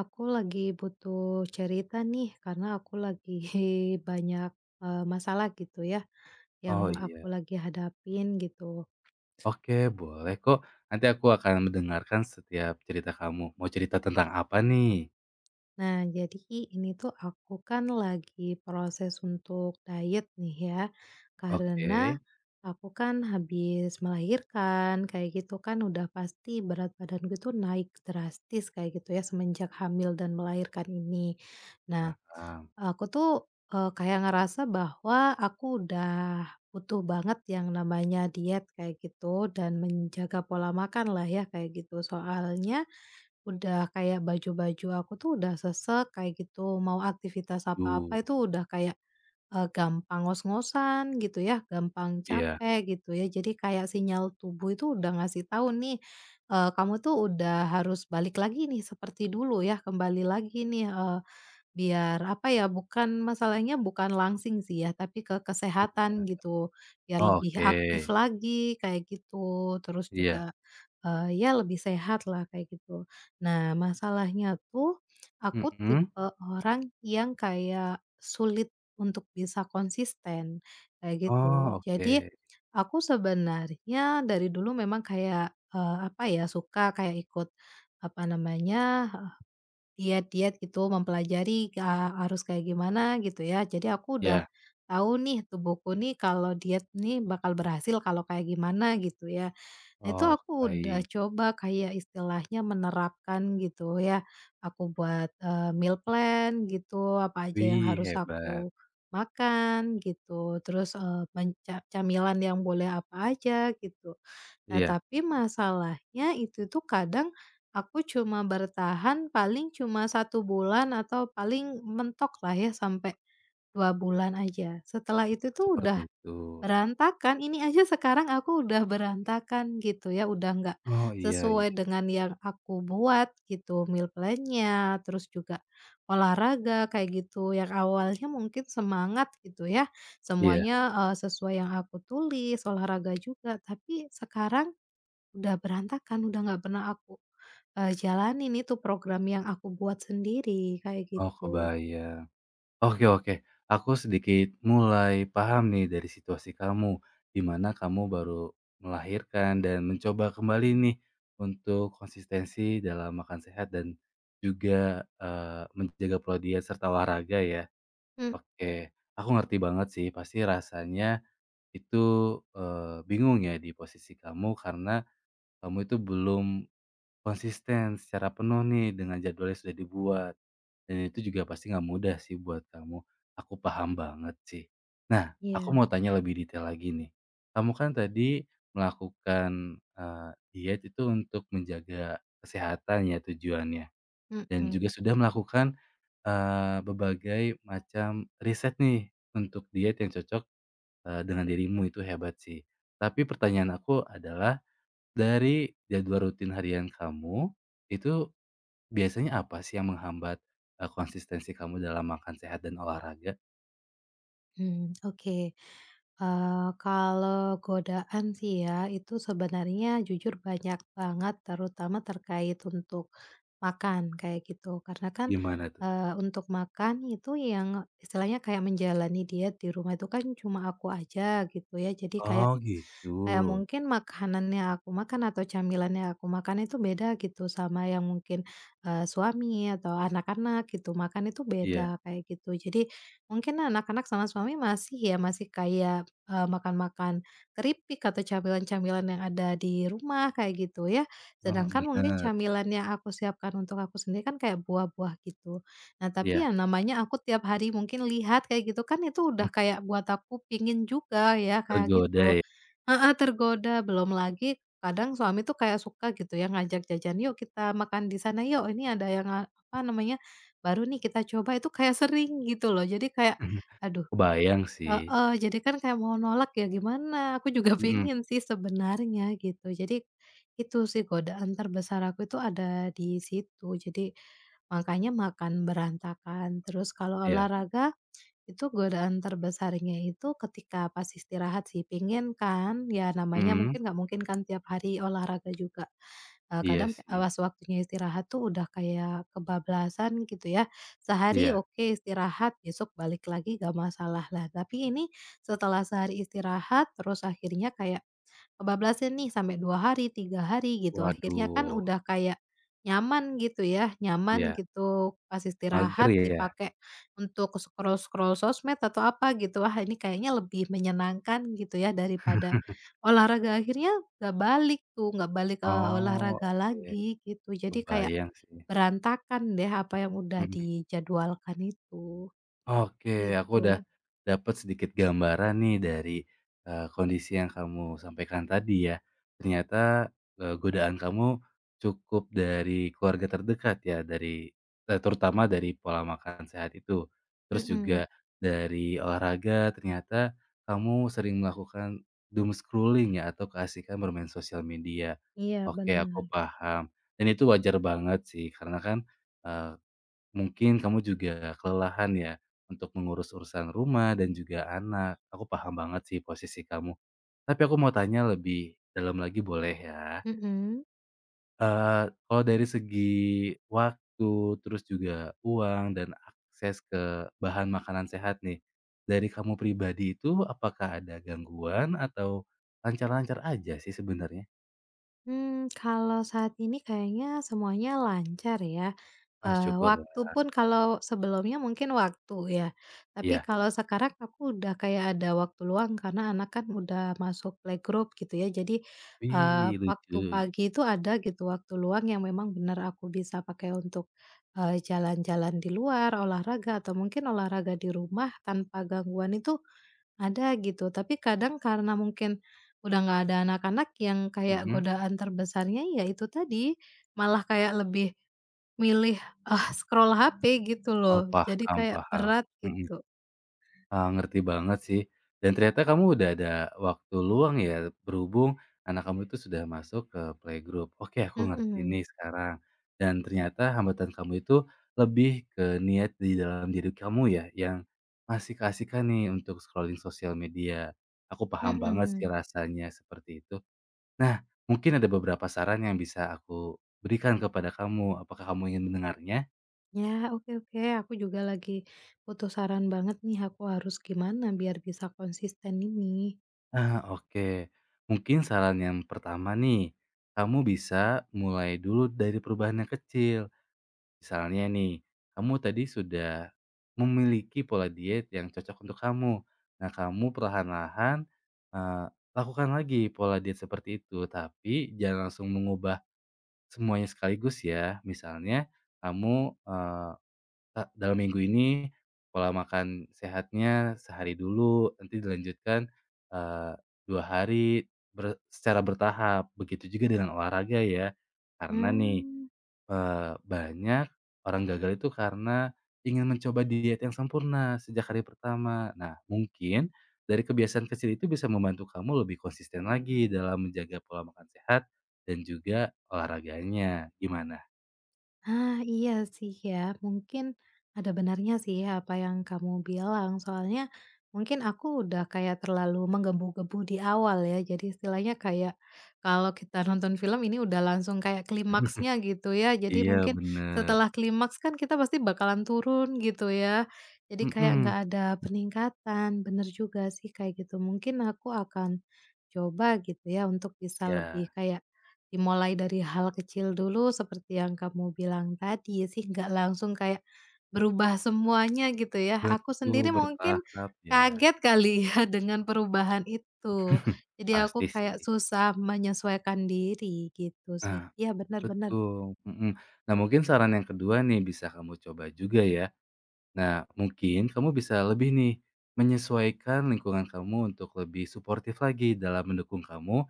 Aku lagi butuh cerita nih karena aku lagi banyak, masalah gitu ya yang Oh aku iya, lagi hadapin gitu. oke boleh kok. Nanti aku akan mendengarkan setiap cerita kamu. Mau cerita tentang apa nih? Nah jadi ini tuh aku kan lagi proses untuk diet nih ya, Oke, karena aku kan habis melahirkan kayak gitu kan udah pasti berat badan gue tuh naik drastis kayak gitu ya semenjak hamil dan melahirkan ini. Nah, paham. aku tuh, kayak ngerasa bahwa aku udah butuh banget yang namanya diet kayak gitu dan menjaga pola makan lah ya kayak gitu. Soalnya udah kayak baju-baju aku tuh udah sesek kayak gitu, mau aktivitas Duh, apa-apa itu udah kayak, gampang ngos-ngosan gitu ya, gampang iya. capek gitu ya. Jadi kayak sinyal tubuh itu udah ngasih tahu nih, kamu tuh udah harus balik lagi nih seperti dulu ya, kembali lagi nih. Biar apa ya, bukan masalahnya bukan langsing sih ya, tapi ke kesehatan gitu, biar Oh, lebih oke. aktif lagi kayak gitu, terus Iya. juga, ya lebih sehat lah kayak gitu. Nah, masalahnya tuh aku Mhm. tipe orang yang kayak sulit untuk bisa konsisten, kayak gitu. Oh, oke. Jadi aku sebenarnya dari dulu memang kayak, apa ya, suka kayak ikut apa namanya, diet-diet gitu, mempelajari, harus kayak gimana gitu ya. Jadi aku udah Ya. tahu nih tubuhku nih kalau diet nih bakal berhasil kalau kayak gimana gitu ya. Nah itu Oh, aku udah baik. coba kayak istilahnya menerapkan gitu ya. Aku buat, meal plan gitu, apa aja yang Wih, harus hebat. aku makan gitu, terus, eee, menca camilan yang boleh apa aja gitu. Nah, Iya, tapi masalahnya itu tuh kadang aku cuma bertahan paling cuma satu bulan atau paling mentok lah ya sampai 2 bulan aja. Setelah itu tuh seperti udah itu. berantakan, ini aja sekarang aku udah berantakan gitu ya, udah nggak Oh, iya sesuai iya. dengan yang aku buat gitu, meal plan-nya, terus juga olahraga kayak gitu, yang awalnya mungkin semangat gitu ya, Iya. semuanya, sesuai yang aku tulis, olahraga juga, tapi sekarang udah berantakan, udah nggak pernah aku, jalanin itu program yang aku buat sendiri, kayak Oh, gitu. kebayang. Oke oke, aku sedikit mulai paham nih dari situasi kamu, di mana kamu baru melahirkan dan mencoba kembali nih untuk konsistensi dalam makan sehat dan juga, menjaga pola diet serta olahraga ya. Mmm. Oke, aku ngerti banget sih pasti rasanya itu, bingung ya di posisi kamu karena kamu itu belum konsisten secara penuh nih dengan jadwal yang sudah dibuat. Dan itu juga pasti nggak mudah sih buat kamu, aku paham banget sih. Nah, aku Iya. mau tanya lebih detail lagi nih. Kamu kan tadi melakukan, diet itu untuk menjaga kesehatan ya tujuannya, dan Mhm. juga sudah melakukan, berbagai macam riset nih untuk diet yang cocok, dengan dirimu itu hebat sih. Tapi pertanyaan aku adalah dari jadwal rutin harian kamu, itu biasanya apa sih yang menghambat, konsistensi kamu dalam makan sehat dan olahraga? Mmm, oke. Eee, kalau godaan sih ya, itu sebenarnya jujur banyak banget, terutama terkait untuk makan, kayak gitu. Karena kan, Gimana tuh? Untuk makan itu yang istilahnya kayak menjalani diet di rumah itu kan cuma aku aja gitu ya. Jadi kayak Oh gitu. kayak mungkin makanannya aku makan atau camilannya aku makan itu beda gitu sama yang mungkin, suami atau anak-anak gitu, makan itu Iya, beda, kayak gitu. Jadi mungkin anak-anak sama suami masih ya, masih kayak makan-makan keripik atau camilan-camilan yang ada di rumah kayak gitu ya. heeh, Sedangkan mungkin bener, camilan yang aku siapkan untuk aku sendiri kan kayak buah-buah gitu. Nah tapi iya, yang namanya aku tiap hari mungkin lihat kayak gitu kan itu udah kayak buat aku pingin juga ya kayak tergoda gitu. ya, Heeh, tergoda. Belum lagi kadang suami tuh kayak suka gitu ya ngajak jajan, "Yuk kita makan di sana yuk, ini ada yang" apa namanya, "baru nih kita coba." Itu kayak sering gitu loh. Jadi kayak aduh. kebayang sih, Heeh, jadi kan kayak mau nolak ya gimana, aku juga mhm, pengen sih sebenarnya gitu. Jadi itu sih godaan terbesar aku itu ada di situ. Jadi makanya makan berantakan, terus kalau iya, olahraga itu godaan terbesarnya itu ketika pas istirahat sih, pingin kan, ya namanya mhm, mungkin nggak mungkin kan tiap hari olahraga juga. Eee, iya kadang eee, sih, pas waktunya istirahat tuh udah kayak kebablasan gitu ya. Sehari iya, oke istirahat, besok balik lagi nggak masalah. Lah tapi ini setelah sehari istirahat, terus akhirnya kayak kebablasan nih sampai 2 hari, 3 hari gitu, akhirnya kan waduh, udah kayak nyaman gitu ya, nyaman iya, gitu pas mager istirahat ya? dipakai untuk scroll-scroll sosmed atau apa gitu, wah ini kayaknya lebih menyenangkan gitu ya daripada olahraga, akhirnya nggak balik tuh, nggak balik Oh, olahraga oke, lagi gitu. Jadi kayak kebayang sih, berantakan deh apa yang udah mhm. dijadwalkan itu, Oke, aku udah gitu. dapat sedikit gambaran nih dari, kondisi yang kamu sampaikan tadi ya. Ternyata, godaan kamu cukup dari keluarga terdekat ya, dari terutama dari pola makan sehat itu. Terus juga Mhm, dari olahraga, ternyata kamu sering melakukan doom scrolling ya atau keasikan bermain sosial media. iya Oke, aku bener, paham, dan itu wajar banget sih karena kan, eee mungkin kamu juga kelelahan ya untuk mengurus urusan rumah dan juga anak. Aku paham banget sih posisi kamu. Tapi aku mau tanya lebih dalam lagi boleh ya? mhm. Eee, Kalau dari segi waktu, terus juga uang dan akses ke bahan makanan sehat nih, dari kamu pribadi itu apakah ada gangguan atau lancar-lancar aja sih sebenarnya? Hmm, kalau saat ini kayaknya semuanya lancar ya, Ah, syukurlah. waktu pun kalau sebelumnya mungkin waktu ya, tapi Iya. kalau sekarang aku udah kayak ada waktu luang karena anak kan udah masuk playgroup gitu ya. Jadi, Wih, waktu lucu. pagi itu ada gitu waktu luang yang memang benar aku bisa pakai untuk, jalan-jalan di luar, olahraga atau mungkin olahraga di rumah tanpa gangguan itu ada gitu, tapi kadang karena mungkin udah nggak ada anak-anak yang kayak Mhm. godaan terbesarnya ya itu tadi, malah kayak lebih milih, ah, scroll HP gitu Oh, loh, jadi paham kayak paham. berat Mhm. gitu. Ngerti banget sih, dan ternyata kamu udah ada waktu luang ya, berhubung anak kamu itu sudah masuk ke playgroup. Oke, aku ngerti Mhm nih sekarang. Dan ternyata hambatan kamu itu lebih ke niat di dalam diri kamu ya, yang masih keasikan nih untuk scrolling sosial media. Aku paham banget sih mhm. rasanya seperti itu. Nah, mungkin ada beberapa saran yang bisa aku berikan kepada kamu. Apakah kamu ingin mendengarnya? Ya, oke oke, aku juga lagi butuh saran banget nih, aku harus gimana biar bisa konsisten ini? Ah, oke. Mungkin saran yang pertama nih, kamu bisa mulai dulu dari perubahan yang kecil. Misalnya nih, kamu tadi sudah memiliki pola diet yang cocok untuk kamu. Nah, kamu perlahan-lahan eh, lakukan lagi pola diet seperti itu, tapi jangan langsung mengubah semuanya sekaligus ya. Misalnya, kamu eh, Kak, dalam minggu ini pola makan sehatnya sehari dulu, nanti dilanjutkan, eee, 2 hari secara bertahap. Begitu juga dengan olahraga ya. Karena nih, Mmm. Banyak orang gagal itu karena ingin mencoba diet yang sempurna sejak hari pertama. Nah, mungkin dari kebiasaan kecil itu bisa membantu kamu lebih konsisten lagi dalam menjaga pola makan sehat dan juga olahraganya. Gimana? Ah, iya sih ya, mungkin ada benarnya sih ya apa yang kamu bilang, soalnya mungkin aku udah kayak terlalu menggebu-gebu di awal ya, jadi istilahnya kayak kalau kita nonton film ini udah langsung kayak klimaksnya gitu ya, jadi Iya mungkin bener. setelah klimaks kan kita pasti bakalan turun gitu ya, jadi kayak Mhm. nggak ada peningkatan, bener juga sih kayak gitu, mungkin aku akan coba gitu ya untuk bisa lebih Iya. kayak dimulai dari hal kecil dulu seperti yang kamu bilang tadi sih, nggak langsung kayak berubah semuanya gitu ya. Aku Betul, sendiri mungkin bertahap ya. kaget kali ya dengan perubahan itu. Jadi aku Pasti kayak sih. susah menyesuaikan diri gitu sih. Nah, Iya bener bener. betul, mhm. Nah, mungkin saran yang kedua nih bisa kamu coba juga ya. Nah, mungkin kamu bisa lebih nih menyesuaikan lingkungan kamu untuk lebih suportif lagi dalam mendukung kamu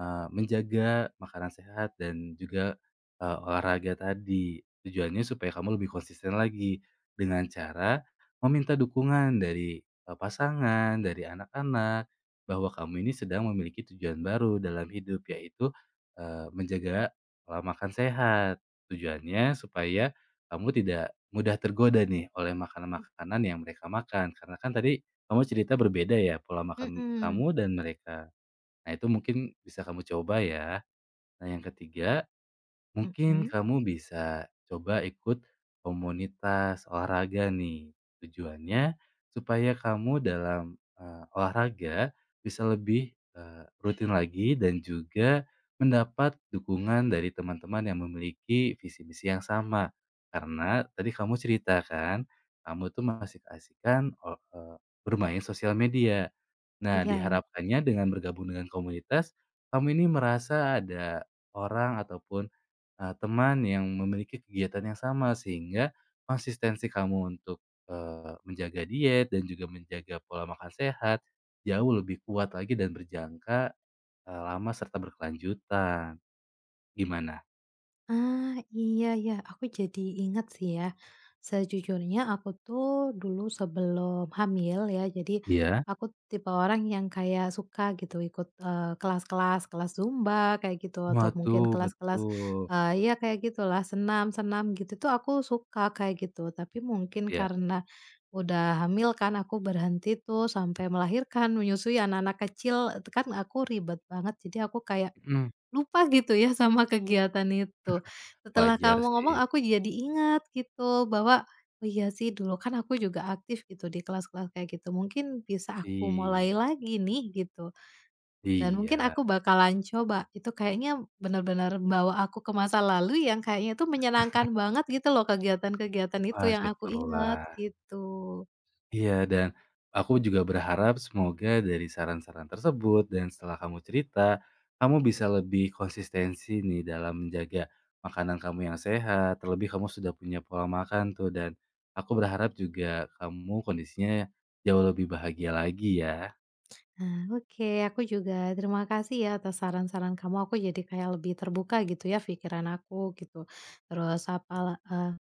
menjaga makanan sehat dan juga, olahraga tadi. Tujuannya supaya kamu lebih konsisten lagi, dengan cara meminta dukungan dari, pasangan, dari anak-anak, bahwa kamu ini sedang memiliki tujuan baru dalam hidup, yaitu, menjaga pola makan sehat. Tujuannya supaya kamu tidak mudah tergoda nih oleh makanan-makanan yang mereka makan, karena kan tadi kamu cerita berbeda ya pola makan Mhm, kamu dan mereka. Nah itu mungkin bisa kamu coba ya. Nah yang ketiga, mungkin mhm, kamu bisa coba ikut komunitas olahraga nih. Tujuannya supaya kamu dalam olahraga bisa lebih rutin lagi dan juga mendapat dukungan dari teman-teman yang memiliki visi misi yang sama. Karena tadi kamu ceritakan kamu tuh masih keasikan bermain sosial media. Nah, iya. diharapkannya dengan bergabung dengan komunitas, kamu ini merasa ada orang ataupun teman yang memiliki kegiatan yang sama sehingga konsistensi kamu untuk, menjaga diet dan juga menjaga pola makan sehat jauh lebih kuat lagi dan berjangka, lama serta berkelanjutan. Gimana? Ah, iya ya, aku jadi ingat sih ya. Sejujurnya aku tuh dulu sebelum hamil ya, jadi Iya? aku tipe orang yang kayak suka gitu ikut eh, kelas-kelas, kelas Zumba kayak gitu atau mungkin Waduh, kelas-kelas betul. eh, ya kayak gitulah, senam-senam gitu tuh aku suka kayak gitu. Tapi mungkin Iya, karena udah hamil kan aku berhenti tuh sampai melahirkan, menyusui anak-anak kecil kan aku ribet banget. Jadi aku kayak mhm, lupa gitu ya sama kegiatan itu. Setelah wajar kamu sih. ngomong aku jadi ingat gitu bahwa, "Oh iya sih dulu kan aku juga aktif gitu di kelas-kelas kayak gitu, mungkin bisa aku I mulai lagi nih," gitu, "dan mungkin iya. aku bakalan coba." Itu kayaknya benar-benar bawa aku ke masa lalu yang kayaknya itu menyenangkan banget gitu loh kegiatan-kegiatan itu Wah, yang aku ingat, syukurlah. gitu. Iya, dan aku juga berharap semoga dari saran-saran tersebut dan setelah kamu cerita, kamu bisa lebih konsistensi nih dalam menjaga makanan kamu yang sehat, terlebih kamu sudah punya pola makan tuh dan aku berharap juga kamu kondisinya jauh lebih bahagia lagi ya. Nah, oke. Aku juga terima kasih ya atas saran-saran kamu. Aku jadi kayak lebih terbuka gitu ya pikiran aku gitu. Terus apa,